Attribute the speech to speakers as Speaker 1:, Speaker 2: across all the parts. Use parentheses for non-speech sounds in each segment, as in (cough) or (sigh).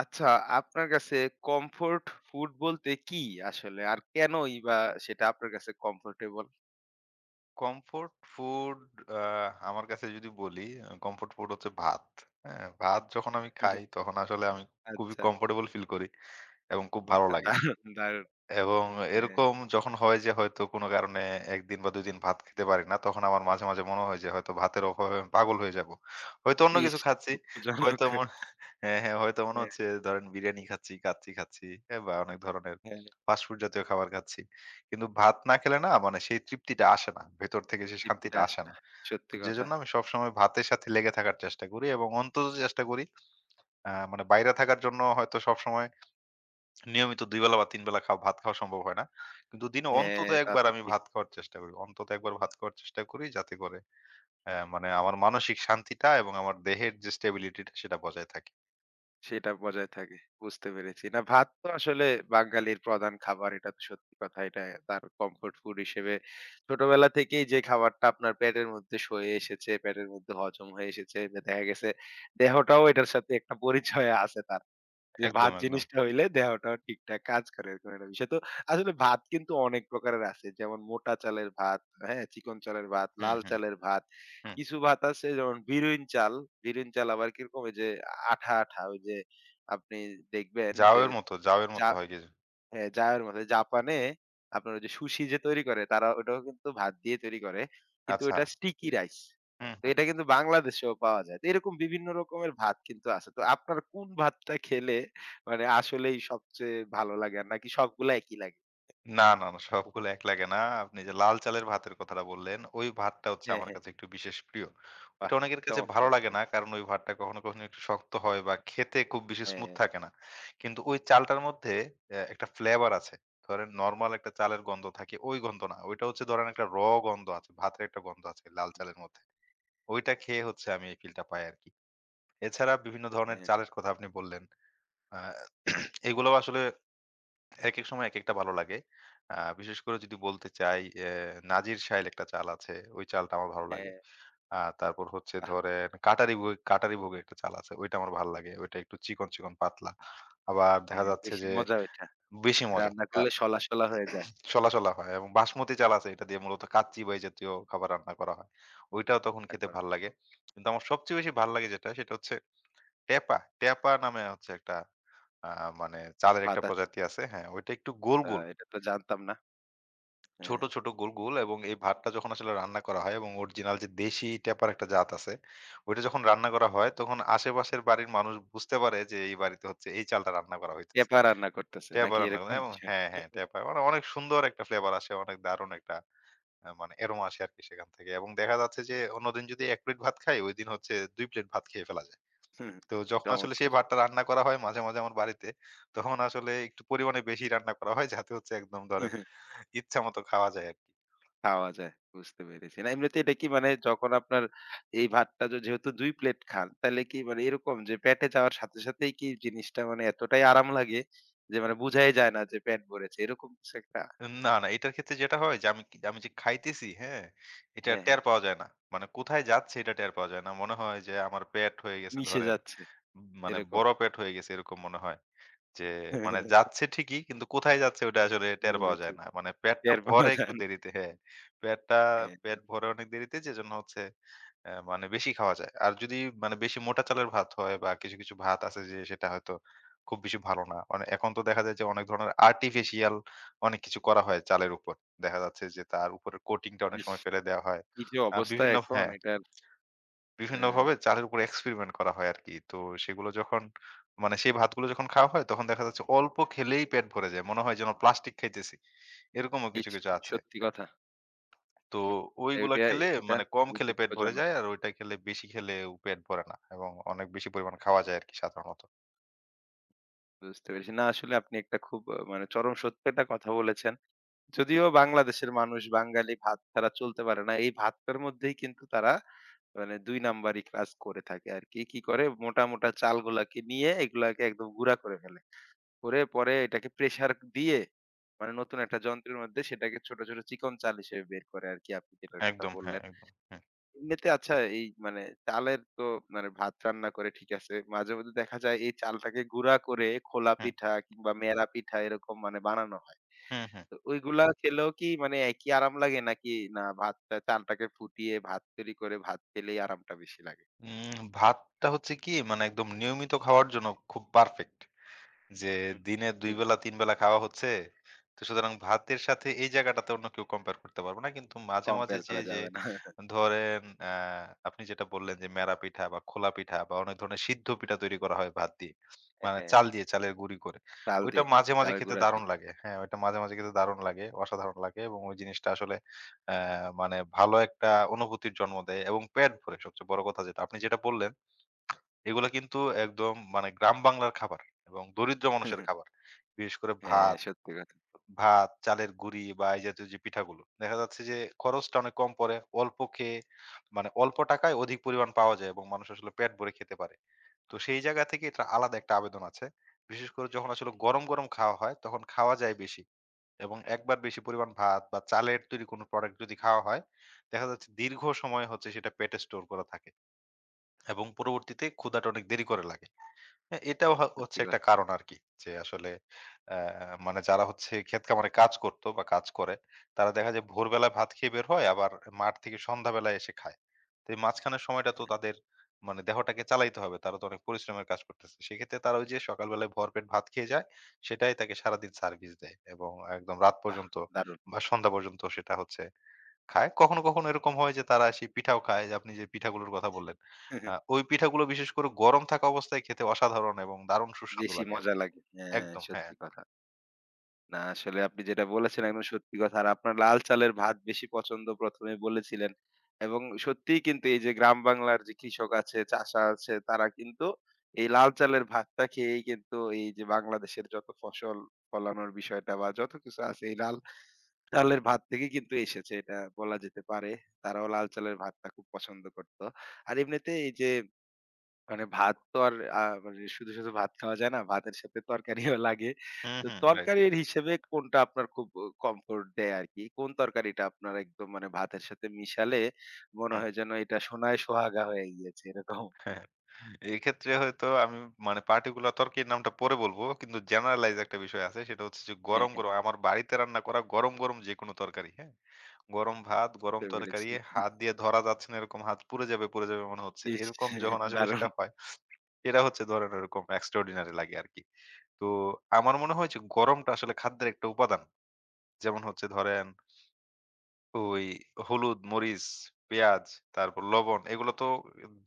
Speaker 1: আচ্ছা, আপনার কাছে কমফোর্ট ফুড বলতে কি আসলে? আর কেনই বা সেটা আপনার কাছে কমফোর্টেবল?
Speaker 2: কমফোর্ট ফুড, আ আমার কাছে যদি বলি, কমফোর্ট ফুড হচ্ছে ভাত। হ্যাঁ? ভাত যখন আমি খাই
Speaker 1: (laughs)
Speaker 2: তখন আসলে আমি খুবই
Speaker 1: আচ্ছা,
Speaker 2: কমফোর্টেবল ফিল করি এবং খুব
Speaker 1: বাহ!
Speaker 2: ভালো লাগে।
Speaker 1: দারুণ, দারুণ।
Speaker 2: এবং
Speaker 1: হ্যাঁ,
Speaker 2: এরকম যখন হয় যে হয়তো কোনো কারণে ১ দিন বা ২ দিন ভাত খেতে পারি না, তখন আমার মাঝে, মাঝে মনে হয় যে হয়তো ভাতের অভাবে আমি পাগল হয়ে যাবো। হয়তো অন্য
Speaker 1: ইস!
Speaker 2: কিছু খাচ্ছি। হয়তো
Speaker 1: দুঃখজনক।
Speaker 2: মন হ্যাঁ, হ্যাঁ, হয়তো মনে
Speaker 1: হ্যাঁ,
Speaker 2: হচ্ছে ধরেন বিরিয়ানি খাচ্ছি, খাচ্ছি, খাচ্ছি, হ্যাঁ, বা অনেক ধরনের
Speaker 1: হ্যাঁ,
Speaker 2: ফাস্ট ফুড জাতীয় খাবার খাচ্ছি। কিন্তু ভাত না খেলে না মানে সেই তৃপ্তিটা আসে না। ভেতর থেকে সেই
Speaker 1: তৃপ্তিটা
Speaker 2: শান্তিটা
Speaker 1: আসে
Speaker 2: আসে
Speaker 1: না।
Speaker 2: না।
Speaker 1: সত্যি কথা।
Speaker 2: যেজন্য আমি সবসময় ভাতের সাথে লেগে থাকার চেষ্টা করি এবং অন্তত চেষ্টা করি। মানে বাইরে থাকার জন্য হয়তো সবসময় নিয়মিত ২ বেলা বা ৩ বেলা ভাত খাওয়া সম্ভব হয় না। কিন্তু দিনে অন্তত
Speaker 1: হ্যাঁ, তা
Speaker 2: একবার
Speaker 1: তো
Speaker 2: আমি
Speaker 1: ঠিক।
Speaker 2: ভাত খাওয়ার চেষ্টা করি। অন্তত একবার ভাত খাওয়ার চেষ্টা করি যাতে করে মানে আমার মানসিক শান্তিটা এবং আমার দেহের যে স্টেবিলিটি টা সেটা বজায় থাকে।
Speaker 1: সেটা বজায় থাকে। বুঝতে পেরেছি। না, ভাত তো আসলে বাঙালির প্রধান খাবার, এটা তো সত্যি কথা। এটা তার কমফোর্ট ফুড হিসেবে ছোটবেলা থেকেই যে খাবারটা আপনার পেটের মধ্যে সয়ে এসেছে, পেটের মধ্যে হজম হয়ে এসেছে, দেখা গেছে দেহটাও এটার সাথে একটা পরিচয় আছে তার। যে
Speaker 2: একদম,
Speaker 1: ভাত
Speaker 2: একদম।
Speaker 1: জিনিসটা হইলে দেহটাও ঠিকঠাক কাজ করে এরকম একটা বিষয়। তো আসলে ভাত কিন্তু অনেক প্রকারের আছে। যেমন মোটা চালের ভাত, হ্যাঁ? চিকন চালের ভাত,
Speaker 2: হুম,
Speaker 1: লাল
Speaker 2: হুম,
Speaker 1: চালের ভাত।
Speaker 2: হুম।
Speaker 1: কিছু ভাত আছে যেমন বিরুইন চাল। বিরুইন চাল আবার কিরকম? ওই যে আঠা, আঠা ওই যে আপনি দেখবেন
Speaker 2: জাউ
Speaker 1: যে
Speaker 2: এর মতো, জাউ এর
Speaker 1: যা
Speaker 2: মতো হয় কিছু।
Speaker 1: হ্যাঁ, জামের মতো। জাপানে আপনার ওই যে সুশি যে তৈরি করে তারা ওটাও কিন্তু ভাত দিয়ে তৈরি করে। কিন্তু
Speaker 2: আচ্ছা।
Speaker 1: ওটা স্টিকি রাইস। তো
Speaker 2: হুম।
Speaker 1: এটা কিন্তু বাংলাদেশেও পাওয়া যায়। তো এরকম বিভিন্ন রকমের ভাত কিন্তু আছে। তো আপনার কোন ভাতটা খেলে মানে আসলেই সবচেয়ে ভালো লাগে? আর নাকি সবগুলা একই লাগে?
Speaker 2: না, না, না, সবগুলো এক লাগে না। আপনি যে লাল চালের ভাতের কথাটা বললেন, ওই ভাতটা হচ্ছে
Speaker 1: হ্যাঁ,
Speaker 2: আমার
Speaker 1: হ্যাঁ।
Speaker 2: কাছে একটু বিশেষ প্রিয়। ওইটা
Speaker 1: বাহ!
Speaker 2: অনেকের কাছে ভালো
Speaker 1: চমৎকার,
Speaker 2: লাগে
Speaker 1: চমৎকার।
Speaker 2: না। কারণ ওই ভাতটা কখনো, কখনো একটু শক্ত হয় বা খেতে খুব বেশি স্মুথ
Speaker 1: হ্যাঁ,
Speaker 2: থাকে না। কিন্তু ওই চালটার মধ্যে একটা ফ্লেভার আছে। ধরেন নরমাল একটা চালের গন্ধ থাকে, ওই গন্ধ না। ওইটা হচ্ছে ধরেন একটা গন্ধ আছে, ভাতের একটা গন্ধ আছে লাল
Speaker 1: হুম,
Speaker 2: চালের মধ্যে। ওইটা খেয়ে হচ্ছে আমি এই ফিলটা পাই আরকি। এছাড়া বিভিন্ন ধরনের
Speaker 1: হ্যাঁ,
Speaker 2: চালের কথা আপনি বললেন। আ এগুলো আসলে একেক সময় একেকটা ভালো লাগে। বিশেষ করে যদি বলতে চাই, নাজির শাইল একটা চাল আছে। ওই চালটা আমার ভালো লাগে।
Speaker 1: হ্যাঁ।
Speaker 2: তারপর হচ্ছে
Speaker 1: বাহ!
Speaker 2: ধরেন কাটারি ভোগের একটা চাল আছে। ওইটা আমার ভাল লাগে। ওইটা একটু চিকন, চিকন পাতলা। আবার দেখা
Speaker 1: হ্যাঁ,
Speaker 2: যাচ্ছে
Speaker 1: বেশি
Speaker 2: যে
Speaker 1: মজা ওইটা।
Speaker 2: বেশি মজা।
Speaker 1: রান্না
Speaker 2: আ
Speaker 1: করলে শলা, শলা হয়ে যায়।
Speaker 2: শলা, শলা হয় এবং বাসমতি চাল আছে, এটা দিয়ে মূলত কাচ্চি বা এই জাতীয় খাবার রান্না করা হয়। ওইটাও তখন খেতে
Speaker 1: তারপর
Speaker 2: ভাল লাগে। কিন্তু আমার সবচেয়ে বেশি ভাল লাগে যেটা, সেটা হচ্ছে ট্যাপা। ট্যাপা নামে হচ্ছে একটা আ মানে চালের একটা
Speaker 1: ভাত আছে।
Speaker 2: প্রজাতি আছে। হ্যাঁ, ওইটা একটু গোল, গোল।
Speaker 1: এটা তো জানতাম না। হ্যাঁ,
Speaker 2: ছোট, ছোট গোল, গোল এবং এই ভাতটা যখন আসলে রান্না করা হয় এবং অরিজিনাল যে দেশি ট্যাপার একটা জাত আছে, ওইটা যখন রান্না করা হয় তখন আশেপাশের বাড়ির মানুষ বুঝতে পারে যে এই বাড়িতে হচ্ছে এই চালটা রান্না করা হইতেছে।
Speaker 1: পেঁপা রান্না করতেছে
Speaker 2: ট্যাপা
Speaker 1: নাকি
Speaker 2: রান্না করে
Speaker 1: এরকম
Speaker 2: এবং
Speaker 1: বিষয়?
Speaker 2: হ্যাঁ, হ্যাঁ, ট্যাপা। মানে অনেক সুন্দর একটা ফ্লেভার আসে, অনেক দারুণ একটা মানে অ্যারোমা আসে আরকি সেখান থেকে। এবং দেখা যাচ্ছে যে অন্যদিন যদি ১ প্লেট ভাত খাই, ওইদিন হচ্ছে ২ প্লেট ভাত খেয়ে ফেলা যায়।
Speaker 1: হুম,
Speaker 2: তো যখন আসলে সেই
Speaker 1: চমৎকার!
Speaker 2: ভাতটা রান্না করা হয় মাঝে, মাঝে আমার বাড়িতে, তখন আসলে একটু পরিমাণে বেশি রান্না করা হয় যাতে হচ্ছে একদম ধরেন ইচ্ছামত খাওয়া যায় আরকি।
Speaker 1: খাওয়া যায়। বুঝতে পেরেছি। না এমনিতে এটা কি মানে যখন আপনার এই ভাতটা যেহেতু ২ প্লেট খান, তাইলে কি মানে এরকম যে পেটে যাওয়ার সাথে সাথেই কি জিনিসটা মানে এতটাই আরাম লাগে যে মানে বুঝাই যায় না যে পেট ভরেছে। এরকম কিছু একটা।
Speaker 2: না, না, এটার ক্ষেত্রে যেটা হয় যে আমি যে খাইতেছি, হ্যাঁ? এটা
Speaker 1: হ্যাঁ, হ্যাঁ।
Speaker 2: টের পাওয়া যায় না। মানে কোথায় যাচ্ছে এটা টের পাওয়া যায় না। মনে হয় যে আমার পেট হয়ে গেছে
Speaker 1: মিশে
Speaker 2: ধরেন,
Speaker 1: যাচ্ছে
Speaker 2: মানে
Speaker 1: এরকম।
Speaker 2: বড় পেট হয়ে গেছে এরকম মনে হয়। যে মানে যাচ্ছে ঠিকই কিন্তু কোথায় যাচ্ছে ওটা আসলে
Speaker 1: বুঝতে
Speaker 2: টের পাওয়া
Speaker 1: পেরেছি।
Speaker 2: যায় না। মানে পেটটা
Speaker 1: টের পাওয়া
Speaker 2: ভরে একটু
Speaker 1: যায় না।
Speaker 2: দেরিতে, হ্যাঁ। পেটটা
Speaker 1: হ্যাঁ।
Speaker 2: পেট ভরে অনেক দেরিতে, যেজন্য হচ্ছে মানে বেশি খাওয়া যায়। আর যদি মানে বেশি মোটা চালের ভাত হয় বা কিছু, কিছু ভাত আছে যে সেটা হয়তো খুব বেশি ভালো না। মানে এখন তো দেখা যায় যে অনেক ধরনের আর্টিফিশিয়াল অনেক কিছু করা হয় চালের উপর। দেখা যাচ্ছে যে তার উপরের কোটিং টা অনেক
Speaker 1: ইস!
Speaker 2: সময় ফেলে দেওয়া হয়।
Speaker 1: কি যে
Speaker 2: আ
Speaker 1: অবস্থা
Speaker 2: বিভিন্ন
Speaker 1: এখন
Speaker 2: হ্যাঁ,
Speaker 1: এটার! হ্যাঁ,
Speaker 2: বিভিন্নভাবে চালের উপর এক্সপেরিমেন্ট করা হয় আরকি। তো সেগুলো যখন মানে সেই ভাতগুলো যখন খাওয়া হয় তখন দেখা যাচ্ছে অল্প খেলেই পেট ভরে যায়। মনে হয় যেন প্লাস্টিক খাইতেছি। এরকমও কিছু,
Speaker 1: ইস!
Speaker 2: কিছু আছে।
Speaker 1: সত্যি কথা।
Speaker 2: তো
Speaker 1: হুম।
Speaker 2: ওইগুলা
Speaker 1: এটা
Speaker 2: খেলে
Speaker 1: এটা
Speaker 2: মানে কম
Speaker 1: খুবই
Speaker 2: খেলে পেট ভরে
Speaker 1: দুঃখজনক।
Speaker 2: যায় আর ওইটা খেলে বেশি খেলেও পেট ভরে না এবং অনেক বেশি পরিমাণ খাওয়া যায় আরকি সাধারণত।
Speaker 1: বুঝতে পেরেছি। না আসলে আপনি একটা খুব মানে চরম সত্য একটা কথা বলেছেন। যদিও বাংলাদেশের মানুষ বাঙালি ভাত ছাড়া চলতে পারে না। এই ভাতটার মধ্যেই কিন্তু তারা মানে ২ নাম্বারি কাজ করে থাকে আরকি। কি কি করে মোটা, মোটা চালগুলাকে নিয়ে এগুলাকে একদম গুঁড়া করে ফেলে। করে পরে এটাকে প্রেশার দিয়ে মানে নতুন একটা যন্ত্রের মধ্যে সেটাকে ছোট, ছোট চিকন চাল হিসেবে বের করে আরকি, আপনি যেটার কথা
Speaker 2: একদম, হ্যাঁ,
Speaker 1: বললেন।
Speaker 2: একদম। হুম,
Speaker 1: এমনিতে আচ্ছা এই মানে চালের তো মানে ভাত রান্না করে ঠিক আছে। মাঝে মধ্যে দেখা যায় এই চালটাকে গুঁড়া করে খোলা
Speaker 2: হুম,
Speaker 1: পিঠা কিংবা মেরা পিঠা এরকম মানে বানানো হয়।
Speaker 2: হুম, হুম।
Speaker 1: তো ওইগুলা খেলেও কি মানে একই আরাম লাগে নাকি না, ভাতটা চালটাকে ফুটিয়ে ভাত তৈরি করে ভাত খেলেই আরামটা বেশি লাগে?
Speaker 2: ভাতটা হচ্ছে কি, মানে একদম নিয়মিত খাওয়ার জন্য খুব পারফেক্ট। যে
Speaker 1: হুম,
Speaker 2: দিনে ২
Speaker 1: ঠিক
Speaker 2: বেলা, ৩
Speaker 1: বলেছেন।
Speaker 2: বেলা খাওয়া হচ্ছে। তো সুতরাং ভাতের সাথে এই জায়গাটাতে অন্য কেউ কম্পেয়ার করতে পারবে না। কিন্তু মাঝে, মাঝে
Speaker 1: কম্পেয়ার
Speaker 2: যে,
Speaker 1: করা
Speaker 2: যে
Speaker 1: যাবে না।
Speaker 2: ধরেন, আ আপনি যেটা বললেন যে মেরা পিঠা বা খোলা পিঠা বা অনেক ধরনের সিদ্ধ পিঠা তৈরি করা হয় ভাত দিয়ে। মানে
Speaker 1: হ্যাঁ,
Speaker 2: চাল দিয়ে, চালের গুঁড়ি করে।
Speaker 1: চাল
Speaker 2: ওইটা
Speaker 1: দিয়ে,
Speaker 2: মাঝে, মাঝে
Speaker 1: চালের
Speaker 2: খেতে
Speaker 1: গুঁড়া
Speaker 2: দারুণ
Speaker 1: দিয়ে।
Speaker 2: লাগে। হ্যাঁ, ওইটা মাঝে, মাঝে খেতে দারুণ লাগে। অসাধারণ লাগে এবং ওই জিনিসটা আসলে অ্যা মানে ভালো একটা অনুভূতির জন্ম দেয় এবং পেট ভরে সবচেয়ে বড় কথা যেটা। আপনি যেটা বললেন, এগুলা কিন্তু একদম মানে গ্রাম বাংলার খাবার এবং দরিদ্র মানুষের খাবার। বিশেষ করে
Speaker 1: হ্যাঁ,
Speaker 2: ভাত,
Speaker 1: সত্যি কথা,
Speaker 2: ভাত, চালের গুঁড়ি বা এই জাতীয় যে পিঠাগুলো। দেখা যাচ্ছে যে খরচটা অনেক কম পড়ে। অল্প খেয়ে মানে অল্প টাকায় অধিক পরিমাণ পাওয়া যায় এবং মানুষ আসলে পেট ভরে খেতে পারে। তো সেই জায়গা থেকে এটা আলাদা একটা আবেদন আছে। বিশেষ করে যখন আসলে গরম, গরম খাওয়া হয় তখন খাওয়া যায় বেশি এবং একবার বেশি পরিমাণ ভাত বা চালের তৈরি কোনো প্রোডাক্ট যদি খাওয়া হয়, দেখা যাচ্ছে দীর্ঘ সময় হচ্ছে সেটা পেটে স্টোর করা থাকে। এবং পরবর্তীতে ক্ষুধাটা অনেক দেরি করে লাগে। হ্যাঁ, এটাও হচ্ছে
Speaker 1: সত্যি
Speaker 2: একটা
Speaker 1: কথা।
Speaker 2: কারণ আরকি। যে আসলে অ্যা মানে যারা হচ্ছে ক্ষেত খামারে কাজ করত বা কাজ করে, তারা দেখা যায় ভোরবেলায় ভাত খেয়ে বের হয়, আবার মাঠ থেকে সন্ধ্যাবেলায় এসে খায়। তো এই মাঝখানের সময়টা তো তাদের মানে দেহটাকে চালাইতে হবে। তারা তো অনেক পরিশ্রমের কাজ করতেছে। সেক্ষেত্রে তারা ওই যে সকালবেলায় ভরপেট ভাত খেয়ে যায়, সেটাই তাকে সারাদিন সার্ভিস দেয় এবং একদম রাত
Speaker 1: বাহ!
Speaker 2: পর্যন্ত
Speaker 1: দারুণ।
Speaker 2: বা সন্ধ্যা পর্যন্ত সেটা হচ্ছে খায়। কখনো, কখনো এরকম হয় যে তারা সেই পিঠাও খায়, যে আপনি যে পিঠাগুলোর কথা বললেন। ওই পিঠাগুলো বিশেষ করে গরম থাকা অবস্থায় খেতে অসাধারণ এবং দারুণ সুস্বাদু
Speaker 1: বেশি
Speaker 2: লাগে
Speaker 1: মজা
Speaker 2: আরকি।
Speaker 1: লাগে। হ্যাঁ,
Speaker 2: একদম, হ্যাঁ।
Speaker 1: সত্যি কথা। না আসলে আপনি যেটা বলেছেন একদম সত্যি কথা। আর আপনার লাল চালের ভাত বেশি পছন্দ ১ম এ বলেছিলেন। এবং সত্যিই কিন্তু এই যে গ্রাম বাংলার যে কৃষক আছে, চাষা আছে, তারা কিন্তু এই লাল চালের ভাতটা খেয়েই কিন্তু এই যে বাংলাদেশের যত ফসল ফলানোর বিষয়টা বা যত কিছু আছে এই লাল চালের ভাত থেকে কিন্তু এসেছে, এটা বলা যেতে পারে। তারাও লাল চালের ভাতটা খুব পছন্দ করত। আর এমনিতে এই যে মানে ভাত তো আর মানে শুধু ভাত খাওয়া যায় না। ভাতের সাথে তরকারিও (laughs) লাগে।
Speaker 2: হুম,
Speaker 1: তো
Speaker 2: হুম, রাইট।
Speaker 1: তরকারির হিসেবে কোনটা আপনার খুব কমফোর্ট দেয় আরকি? কোন তরকারিটা আপনার একদম মানে ভাতের সাথে মিশালে মনে
Speaker 2: হুম,
Speaker 1: হয় যেন এটা সোনায় সোহাগা হয়ে গিয়েছে এরকম? (laughs)
Speaker 2: হ্যাঁ। এক্ষেত্রে হয়তো আমি মানে পার্টিকুলার তরকির নামটা পরে বলবো। কিন্তু জেনারেলাইজ একটা বিষয় আছে। সেটা হচ্ছে যে
Speaker 1: হ্যাঁ,
Speaker 2: গরম,
Speaker 1: হ্যাঁ,
Speaker 2: গরম, আমার বাড়িতে রান্না করা গরম, গরম যেকোনো তরকারি, হ্যাঁ? গরম ভাত, গরম
Speaker 1: বুঝতে পেরেছি।
Speaker 2: তরকারি, হাত দিয়ে ধরা যাচ্ছে না, এরকম হাত পুড়ে যাবে, পুড়ে যাবে মনে হচ্ছে।
Speaker 1: ইস!
Speaker 2: এরকম যখন
Speaker 1: (laughs)
Speaker 2: আসলে সেটা
Speaker 1: দারুণ,
Speaker 2: হয়, এরা হচ্ছে ধরেন ওরকম এক্সট্রাঅর্ডিনারি লাগে আরকি। তো আমার মনে হয় যে গরমটা আসলে খাদ্যের একটা উপাদান। যেমন হচ্ছে ধরেন ওই হলুদ, মরিচ, পেঁয়াজ, তারপর লবণ, এগুলো তো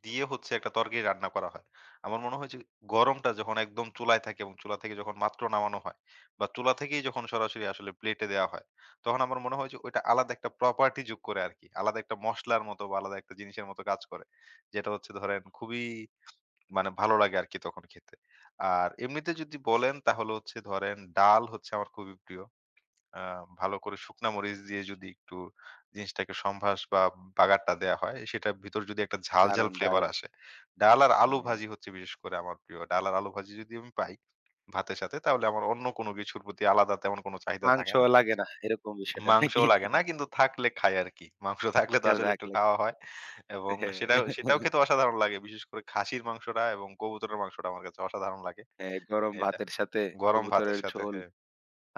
Speaker 2: দিয়ে হচ্ছে একটা তরকারি রান্না করা হয়। আমার মনে হয় যে গরমটা যখন একদম চুলায় থাকে এবং চুলা থেকে যখন মাত্র নামানো হয় বা চুলা থেকেই যখন সরাসরি আসলে প্লেটে দেওয়া হয়, তখন আমার মনে হয় যে ওইটা আলাদা একটা প্রপার্টি যোগ করে আরকি। আলাদা একটা মসলার মতো বা আলাদা একটা জিনিসের মতো কাজ করে। যেটা হচ্ছে ধরেন খুবই মানে ভালো লাগে আরকি তখন খেতে। আর এমনিতে যদি বলেন তাহলে হচ্ছে ধরেন ডাল হচ্ছে আমার খুবই প্রিয়। আ ভালো করে শুকনা মরিচ দিয়ে যদি একটু জিনিসটাকে সম্ভাস বা বাগারটা দেয়া হয়, সেটার ভিতর যদি একটা ঝাল, ঝাল
Speaker 1: দারুণ,
Speaker 2: ফ্লেভার
Speaker 1: দারুণ!
Speaker 2: আসে। ডাল আর আলু
Speaker 1: হ্যাঁ,
Speaker 2: ভাজি হচ্ছে বিশেষ করে আমার প্রিয়। ডাল আর আলু ভাজি যদি আমি পাই ভাতের সাথে, তাহলে আমার অন্য কোনো কিছুর প্রতি আলাদা তেমন কোনো চাহিদা থাকে না।
Speaker 1: মাংসও লাগে না এরকম বিষয়টা
Speaker 2: মাংসও
Speaker 1: নাকি?
Speaker 2: লাগে না, কিন্তু থাকলে খাই আরকি। মাংস থাকলে তো আসলে
Speaker 1: যাক,
Speaker 2: একটু খাওয়া
Speaker 1: লাগবে।
Speaker 2: হয় এবং
Speaker 1: হ্যাঁ,
Speaker 2: সেটাও সেটাও
Speaker 1: হ্যাঁ,
Speaker 2: খেতে অসাধারণ লাগে। বিশেষ করে খাসির মাংসটা এবং কবুতরের মাংসটা আমার কাছে অসাধারণ লাগে।
Speaker 1: হ্যাঁ, গরম
Speaker 2: এটা
Speaker 1: ভাতের সাথে
Speaker 2: গরম ভাতের
Speaker 1: কবুতরের
Speaker 2: সাথে,
Speaker 1: ঝোল।
Speaker 2: হ্যাঁ।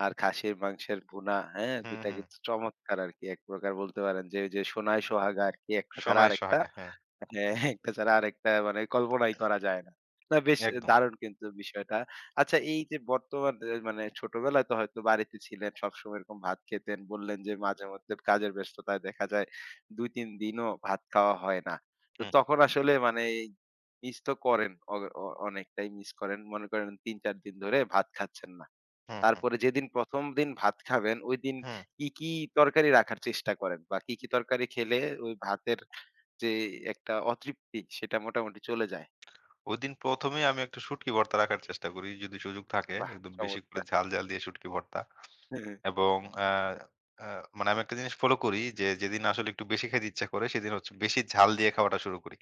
Speaker 1: আর খাসির মাংসের ভুনা, হ্যাঁ?
Speaker 2: হুম,
Speaker 1: যেটা
Speaker 2: হুম।
Speaker 1: কিন্তু চমৎকার আরকি। এক প্রকার বলতে পারেন যে, ওই যে সোনায় সোহাগা আরকি, একটা ছাড়া
Speaker 2: সোনায়
Speaker 1: আরেকটা
Speaker 2: সোহাগা, হ্যাঁ,
Speaker 1: হ্যাঁ, একটা ছাড়া আরেকটা মানে কল্পনাই করা যায় না। না, বেশ
Speaker 2: একদম।
Speaker 1: দারুণ কিন্তু বিষয়টা। আচ্ছা, এই যে বর্তমান এ মানে ছোটবেলায় তো হয়তো বাড়িতে ছিলেন, সবসময় এরকম ভাত খেতেন। বললেন যে মাঝেমধ্যে কাজের ব্যস্ততায় দেখা যায় ২-৩ দিনও ভাত খাওয়া হয় না। তো
Speaker 2: হুম,
Speaker 1: তখন আসলে মানে মিস তো করেন। অ অ অনেকটাই মিস করেন। মনে করেন ৩-৪ দিন ধরে ভাত খাচ্ছেন না।
Speaker 2: হুম, হুম,
Speaker 1: তারপরে যেদিন ১ম দিন ভাত খাবেন, ঐদিন
Speaker 2: হুম।
Speaker 1: কি, কি তরকারি রাখার চেষ্টা করেন? বা কি, কি তরকারি খেলে ওই ভাতের যে একটা অতৃপ্তি, সেটা মোটামুটি চলে যায়?
Speaker 2: ওইদিন ১ম এই আমি একটা শুটকি ভর্তা রাখার চেষ্টা করি যদি সুযোগ থাকে।
Speaker 1: বাহ!
Speaker 2: একদম বেশি করে
Speaker 1: চমৎকার।
Speaker 2: ঝাল, ঝাল দিয়ে শুটকি ভর্তা।
Speaker 1: হ্যাঁ,
Speaker 2: এবং আ আ মানে আমি একটা জিনিস ফলো করি যে, যেদিন আসলে একটু বেশি খেতে ইচ্ছা করে সেদিন হচ্ছে বেশি ঝাল দিয়ে খাওয়াটা শুরু করি।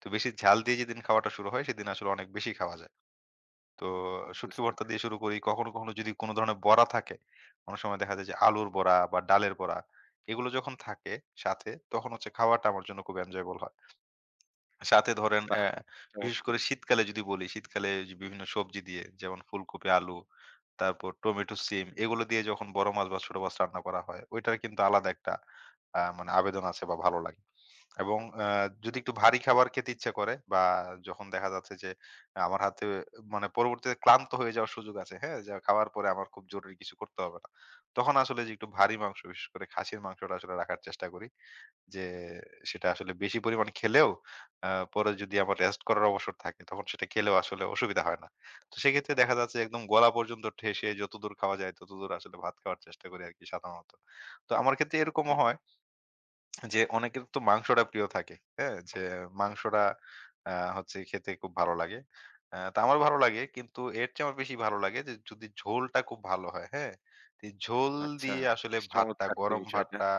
Speaker 2: তো বেশি ঝাল দিয়ে যেদিন খাওয়াটা শুরু হয় সেদিন আসলে অনেক বেশি খাওয়া যায়। তো
Speaker 1: হুম,
Speaker 2: শুটকি
Speaker 1: বুঝতে
Speaker 2: ভর্তা
Speaker 1: পে
Speaker 2: দিয়ে শুরু করি। কখনো, কখনো যদি কোন ধরনের বড়া থাকে, অনেক সময় দেখা যায় যে আলুর বড়া বা ডালের বড়া, এগুলো যখন থাকে সাথে, তখন হচ্ছে খাওয়াটা আমার জন্য খুব enjoyable হয়। সাথে ধরেন
Speaker 1: বাহ!
Speaker 2: বিশেষ
Speaker 1: চমৎকার।
Speaker 2: করে শীতকালে যদি বলি, শীতকালে যে বিভিন্ন সবজি দিয়ে যেমন ফুলকপি, আলু, তারপর টমেটো, সিম, এগুলো দিয়ে যখন বড় মাছ বা ছোট মাছ রান্না করা হয়, ওইটার কিন্তু আলাদা একটা মানে আবেদন আছে বা ভালো লাগে। এবং যদি একটু ভারী খাবার খেতে ইচ্ছা করে বা যখন দেখা যাচ্ছে যে আমার হাতে মানে পরবর্তীতে ক্লান্ত হয়ে যাওয়ার সুযোগ আছে, হ্যাঁ? যে খাওয়ার পরে আমার খুব জরুরি কিছু করতে হবে না। তখন আসলে যে একটু ভারী মাংস, বিশেষ করে খাসির মাংসটা আসলে রাখার চেষ্টা করি। যে সেটা আসলে বেশি পরিমাণ খেলেও আ পরে যদি আমার রেস্ট করার অবসর থাকে তখন সেটা খেলেও আসলে অসুবিধা হয় না। তো সেক্ষেত্রে দেখা যাচ্ছে একদম গলা পর্যন্ত ঠেসে যতদূর খাওয়া যায় ততদূর আসলে ভাত খাওয়ার চেষ্টা করি আরকি সাধারণত। তো আমার ক্ষেত্রে এরকমও
Speaker 1: হুম,
Speaker 2: হয় যে অনেকের তো মাংসটা প্রিয় থাকে। হ্যাঁ? যে মাংসটা হচ্ছে খেতে খুব ভালো লাগে। তো আমার ভালো লাগে, কিন্তু এর চেয়ে আমার বেশি ভালো লাগে যে যদি ঝোলটা খুব ভালো হয়, হ্যাঁ? তো এই ঝোল
Speaker 1: আচ্ছা,
Speaker 2: দিয়ে আসলে
Speaker 1: বেশ
Speaker 2: ভাতটা,
Speaker 1: চমৎকার তো
Speaker 2: গরম
Speaker 1: বিষয়টা।
Speaker 2: ভাতটা,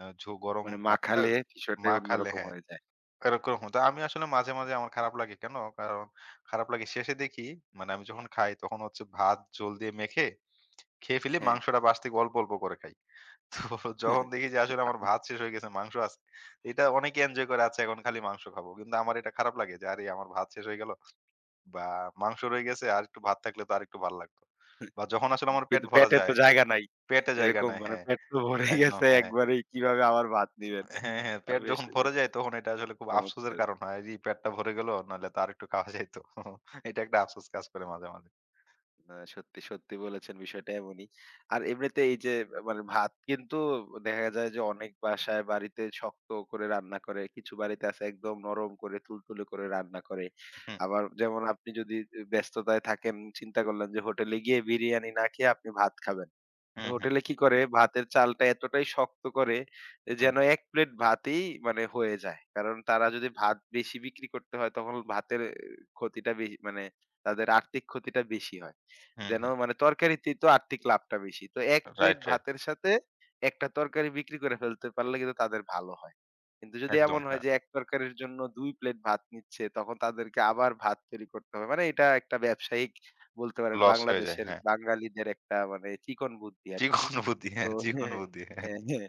Speaker 2: আ ঝো গরম
Speaker 1: মানে
Speaker 2: ভাতটা
Speaker 1: মাখালে বিষয়টাই
Speaker 2: মাখালে,
Speaker 1: অন্যরকম
Speaker 2: হ্যাঁ,
Speaker 1: হয়ে যায়।
Speaker 2: এরকম হতো। আমি আসলে মাঝে, মাঝে আমার খারাপ লাগে কেন? কারণ খারাপ লাগে শেষে দেখি মানে আমি যখন খাই তখন হচ্ছে ভাত ঝোল দিয়ে মেখে খেয়ে ফেলি,
Speaker 1: হ্যাঁ,
Speaker 2: মাংসটা বাঁচ থেকে অল্প, অল্প করে খাই। তো যখন দেখি
Speaker 1: (laughs)
Speaker 2: যে আসলে আমার ভাত শেষ হয়ে গেছে, মাংস আছে। এটা অনেকে এনজয় করে, আচ্ছা এখন খালি মাংস খাবো। কিন্তু আমার এটা খারাপ লাগে যে আরে আমার ভাত শেষ হয়ে গেল বা মাংস রয়ে গেছে, আর একটু ভাত থাকলে তো আরেকটু ভাল লাগতো। বা যখন আসলে আমার পেট
Speaker 1: কিন্তু
Speaker 2: ভরা
Speaker 1: পেটে তো
Speaker 2: যায়,
Speaker 1: জায়গা নাই।
Speaker 2: পেটে জায়গা
Speaker 1: এরকম
Speaker 2: নেয়,
Speaker 1: মানে
Speaker 2: হ্যাঁ,
Speaker 1: পেট তো ভরে
Speaker 2: একদম,
Speaker 1: গেছে
Speaker 2: হ্যাঁ,
Speaker 1: একবারেই, কিভাবে আবার ভাত নিবেন?
Speaker 2: হ্যাঁ, হ্যাঁ, পেট
Speaker 1: বেশ,
Speaker 2: যখন ভরে
Speaker 1: বেশ
Speaker 2: যায় তখন এটা আসলে খুব আফসোসের
Speaker 1: চমৎকার।
Speaker 2: কারণ হয়। এই পেটটা ভরে গেল, নাহলে তো আরেকটু খাওয়া যাইত। (laughs) এটা একটা আফসোস কাজ করে মাঝে, মাঝে।
Speaker 1: না, সত্যি, সত্যি বলেছেন, বিষয়টা এমনই। আর এমনিতে এই যে মানে ভাত কিন্তু দেখা যায় যে অনেক বাসায় বাড়িতে শক্ত করে রান্না করে। কিছু বাড়িতে আছে একদম নরম করে তুলতুলে করে রান্না করে।
Speaker 2: হুম,
Speaker 1: আবার যেমন আপনি যদি ব্যস্ততায় থাকেন, চিন্তা করলেন যে হোটেলে গিয়ে বিরিয়ানি না খেয়ে আপনি ভাত খাবেন।
Speaker 2: হুম, হুম,
Speaker 1: হোটেলে কি করে ভাতের চালটা এতটাই শক্ত করে
Speaker 2: হুম,
Speaker 1: যেন ১ প্লেট ভাতেই মানে হয়ে যায়। কারণ তারা যদি ভাত বেশি বিক্রি করতে হয় তখন ভাতের আহ, ক্ষতিটা বেশি, মানে তাদের আর্থিক ক্ষতিটা বেশি হয়।
Speaker 2: হুম,
Speaker 1: যেন
Speaker 2: হুম।
Speaker 1: মানে তরকারিতেই তো আর্থিক লাভটা বেশি। তো ১ প্লেট
Speaker 2: রাইট, রাইট।
Speaker 1: ভাতের সাথে ১ টা তরকারি বিক্রি করে ফেলতে পারলে কিন্তু তাদের ভালো হয়। কিন্তু যদি
Speaker 2: একদম,
Speaker 1: এমন হয়
Speaker 2: হ্যাঁ।
Speaker 1: যে ১ তরকারির জন্য ২ প্লেট ভাত নিচ্ছে, তখন তাদেরকে আবার ভাত তৈরি করতে হবে। মানে এটা একটা ব্যবসায়িক বলতে পারেন,
Speaker 2: লস হয়ে যায়,
Speaker 1: বাংলাদেশের
Speaker 2: হ্যাঁ।
Speaker 1: বাঙালিদের একটা মানে চিকন বুদ্ধি আরকি।
Speaker 2: চিকন বুদ্ধি,
Speaker 1: তো
Speaker 2: হ্যাঁ, চিকন
Speaker 1: হ্যাঁ,
Speaker 2: বুদ্ধি, হ্যাঁ।
Speaker 1: হ্যাঁ, হ্যাঁ।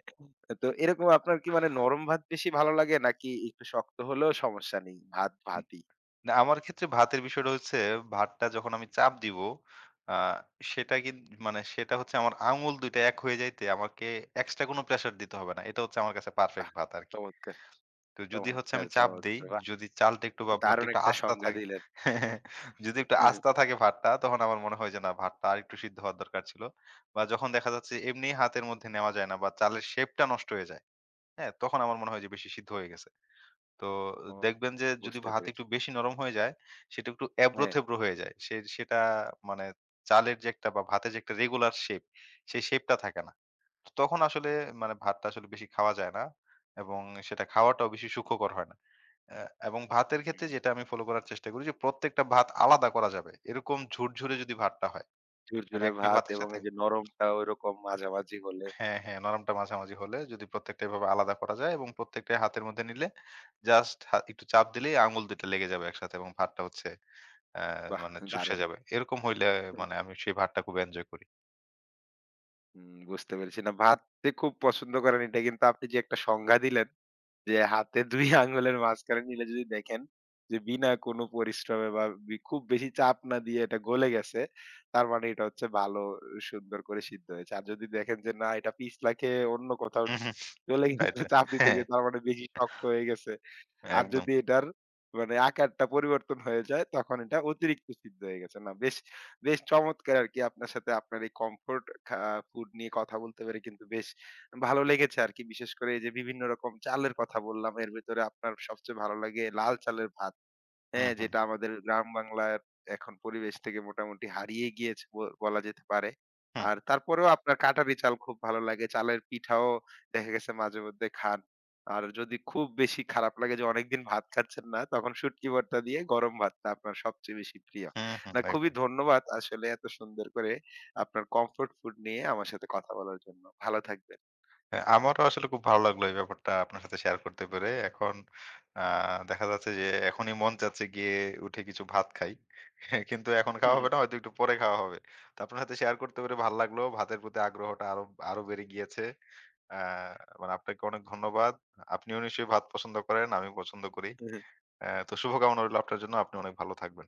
Speaker 1: তো এরকম আপনার কি মানে নরম ভাত বেশি ভালো লাগে নাকি একটু শক্ত হলেও সমস্যা নেই, ভাত ভাতই?
Speaker 2: না, আমার ক্ষেত্রে ভাতের বিষয়টা হচ্ছে ভাতটা যখন আমি চাপ দিব আ সেটা মানে সেটা হচ্ছে আমার আঙুল ২ টা এক হয়ে যাইতে আমাকে এক্সট্রা কোনো প্রেশার দিতে হবে না। এটা হচ্ছে আমার কাছে
Speaker 1: বাহ!
Speaker 2: পারফেক্ট ভাত আরকি।
Speaker 1: চমৎকার,
Speaker 2: তো যদি হচ্ছে
Speaker 1: চমৎকার,
Speaker 2: আমি চাপ দেই,
Speaker 1: চমৎকার! বাহ!
Speaker 2: যদি চালটা একটু বা ভাতটা
Speaker 1: দারুণ
Speaker 2: একটু
Speaker 1: একটা
Speaker 2: আস্তা
Speaker 1: সংজ্ঞা
Speaker 2: থাকে।
Speaker 1: দিলেন।
Speaker 2: (laughs) যদি একটু
Speaker 1: হুম,
Speaker 2: আস্তা থাকে ভাতটা, তখন আমার মনে হয় যে না ভাতটা আরেকটু সিদ্ধ হওয়ার দরকার ছিল। বা যখন দেখা যাচ্ছে এমনি হাতের মধ্যে নেওয়া যায় না বা চালের শেপটা নষ্ট হয়ে যায়। হ্যাঁ? তখন আমার মনে হয় যে বেশি সিদ্ধ হয়ে গেছে। তো
Speaker 1: ও,
Speaker 2: দেখবেন যে যদি
Speaker 1: বুঝতে
Speaker 2: ভাত একটু
Speaker 1: পেরেছি।
Speaker 2: বেশি নরম হয়ে যায়, সেটা একটু
Speaker 1: হ্যাঁ,
Speaker 2: এবড়ো-থেবড়ো হয়ে যায়। সেটা মানে চালের যে একটা বা ভাতের যে একটা রেগুলার শেপ, সেই শেপটা থাকে না। তো তখন আসলে মানে ভাতটা আসলে বেশি খাওয়া যায় না এবং সেটা খাওয়াটাও বেশি সুখকর হয় না। অ্যা এবং ভাতের ক্ষেত্রে
Speaker 1: হুম,
Speaker 2: যেটা আমি ফলো করার চেষ্টা করি যে প্রত্যেকটা ভাত আলাদা করা যাবে। এরকম ঝুরঝুরে যদি ভাতটা হয়, মানে
Speaker 1: ঝুরঝুরে
Speaker 2: একটা
Speaker 1: ভাত
Speaker 2: ভাতের
Speaker 1: এবং
Speaker 2: সাথে
Speaker 1: এই যে নরমটা ঐরকম মাঝামাঝি হলে
Speaker 2: হ্যাঁ, হ্যাঁ, নরমটা মাঝামাঝি হলে যদি প্রত্যেকটা এভাবে আলাদা করা যায় এবং প্রত্যেকটাই হাতের মধ্যে নিলে জাস্ট হা একটু চাপ দিলেই আঙুল ২ টা লেগে যাবে একসাথে এবং ভাতটা হচ্ছে অ্যা
Speaker 1: বাহ!
Speaker 2: মানে চুপসে
Speaker 1: দারুণ!
Speaker 2: যাবে। এরকম হইলে মানে আমি সেই ভাতটা খুব এনজয় করি।
Speaker 1: হুম, বুঝতে পেরেছি। না, ভাত যে খুব পছন্দ করেন এটা কিন্তু আপনি যে একটা সংজ্ঞা দিলেন যে হাতে ২ আঙ্গুলের মাঝখানে নিলে যদি দেখেন যে বিনা কোনো পরিশ্রমে বা খুব বেশি চাপ না দিয়ে এটা গলে গেছে, তার মানে এটা হচ্ছে ভালো সুন্দর করে সিদ্ধ হয়েছে। আর যদি দেখেন যে না, এটা পিছলা খেয়ে অন্য কোথাও
Speaker 2: হুম, হুম।
Speaker 1: চলে
Speaker 2: রাইট,
Speaker 1: গেছে
Speaker 2: রাইট।
Speaker 1: চাপ দিতে গিয়ে, তার মানে বেশি শক্ত হয়ে গেছে।
Speaker 2: হ্যাঁ,
Speaker 1: আর
Speaker 2: একদম।
Speaker 1: যদি এটার মানে আকারটা পরিবর্তন হয়ে যায় তখন এটা অতিরিক্ত সিদ্ধ হয়ে গেছে। না বেশ, বেশ চমৎকার আরকি আপনার সাথে আপনার এই কমফোর্ট খা ফুড নিয়ে কথা বলতে পেরে কিন্তু বেশ ভালো লেগেছে আরকি। বিশেষ করে এই যে বিভিন্ন রকম চালের কথা বললাম, এর ভেতরে আপনার সবচেয়ে ভালো লাগে লাল চালের ভাত।
Speaker 2: হুম,
Speaker 1: হ্যাঁ,
Speaker 2: হুম,
Speaker 1: যেটা আমাদের গ্রাম বাংলার এখন পরিবেশ থেকে মোটামুটি হারিয়ে গিয়েছে বলা যেতে পারে।
Speaker 2: হুম,
Speaker 1: আর তারপরেও আপনার কাটারি চাল খুব ভালো লাগে। চালের পিঠাও দেখা গেছে মাঝেমধ্যে খান। আর যদি খুব বেশি খারাপ লাগে যে অনেকদিন ভাত খাচ্ছেন না, তখন শুটকি ভর্তা দিয়ে গরম ভাতটা আপনার সবচেয়ে বেশি প্রিয়।
Speaker 2: হুম, হুম,
Speaker 1: না, খুবই
Speaker 2: একদম।
Speaker 1: ধন্যবাদ আসলে এত সুন্দর করে আপনার কমফোর্ট ফুড নিয়ে আমার সাথে কথা বলার জন্য। ভালো থাকবেন।
Speaker 2: হ্যাঁ, আমারও আসলে খুব ভালো লাগলো এই ব্যাপারটা আপনার সাথে শেয়ার করতে পেরে। এখন আ দেখা যাচ্ছে যে এখনই মন চাচ্ছে গিয়ে উঠে কিছু ভাত খাই। হ্যাঁ, কিন্তু এখন খাওয়া হবে না, হয়তো
Speaker 1: (laughs)
Speaker 2: একটু পরে খাওয়া হবে। তো আপনার সাথে শেয়ার করতে পেরে ভালো লাগলো। ভাতের প্রতি আগ্রহটা আরো আরো বেড়ে গিয়েছে। আ মানে আপনাকে অনেক ধন্যবাদ। আপনিও নিশ্চয়ই ভাত পছন্দ করেন, আমিও পছন্দ করি। তো শুভকামনা রইল আপনার জন্য। আপনি অনেক ভালো থাকবেন।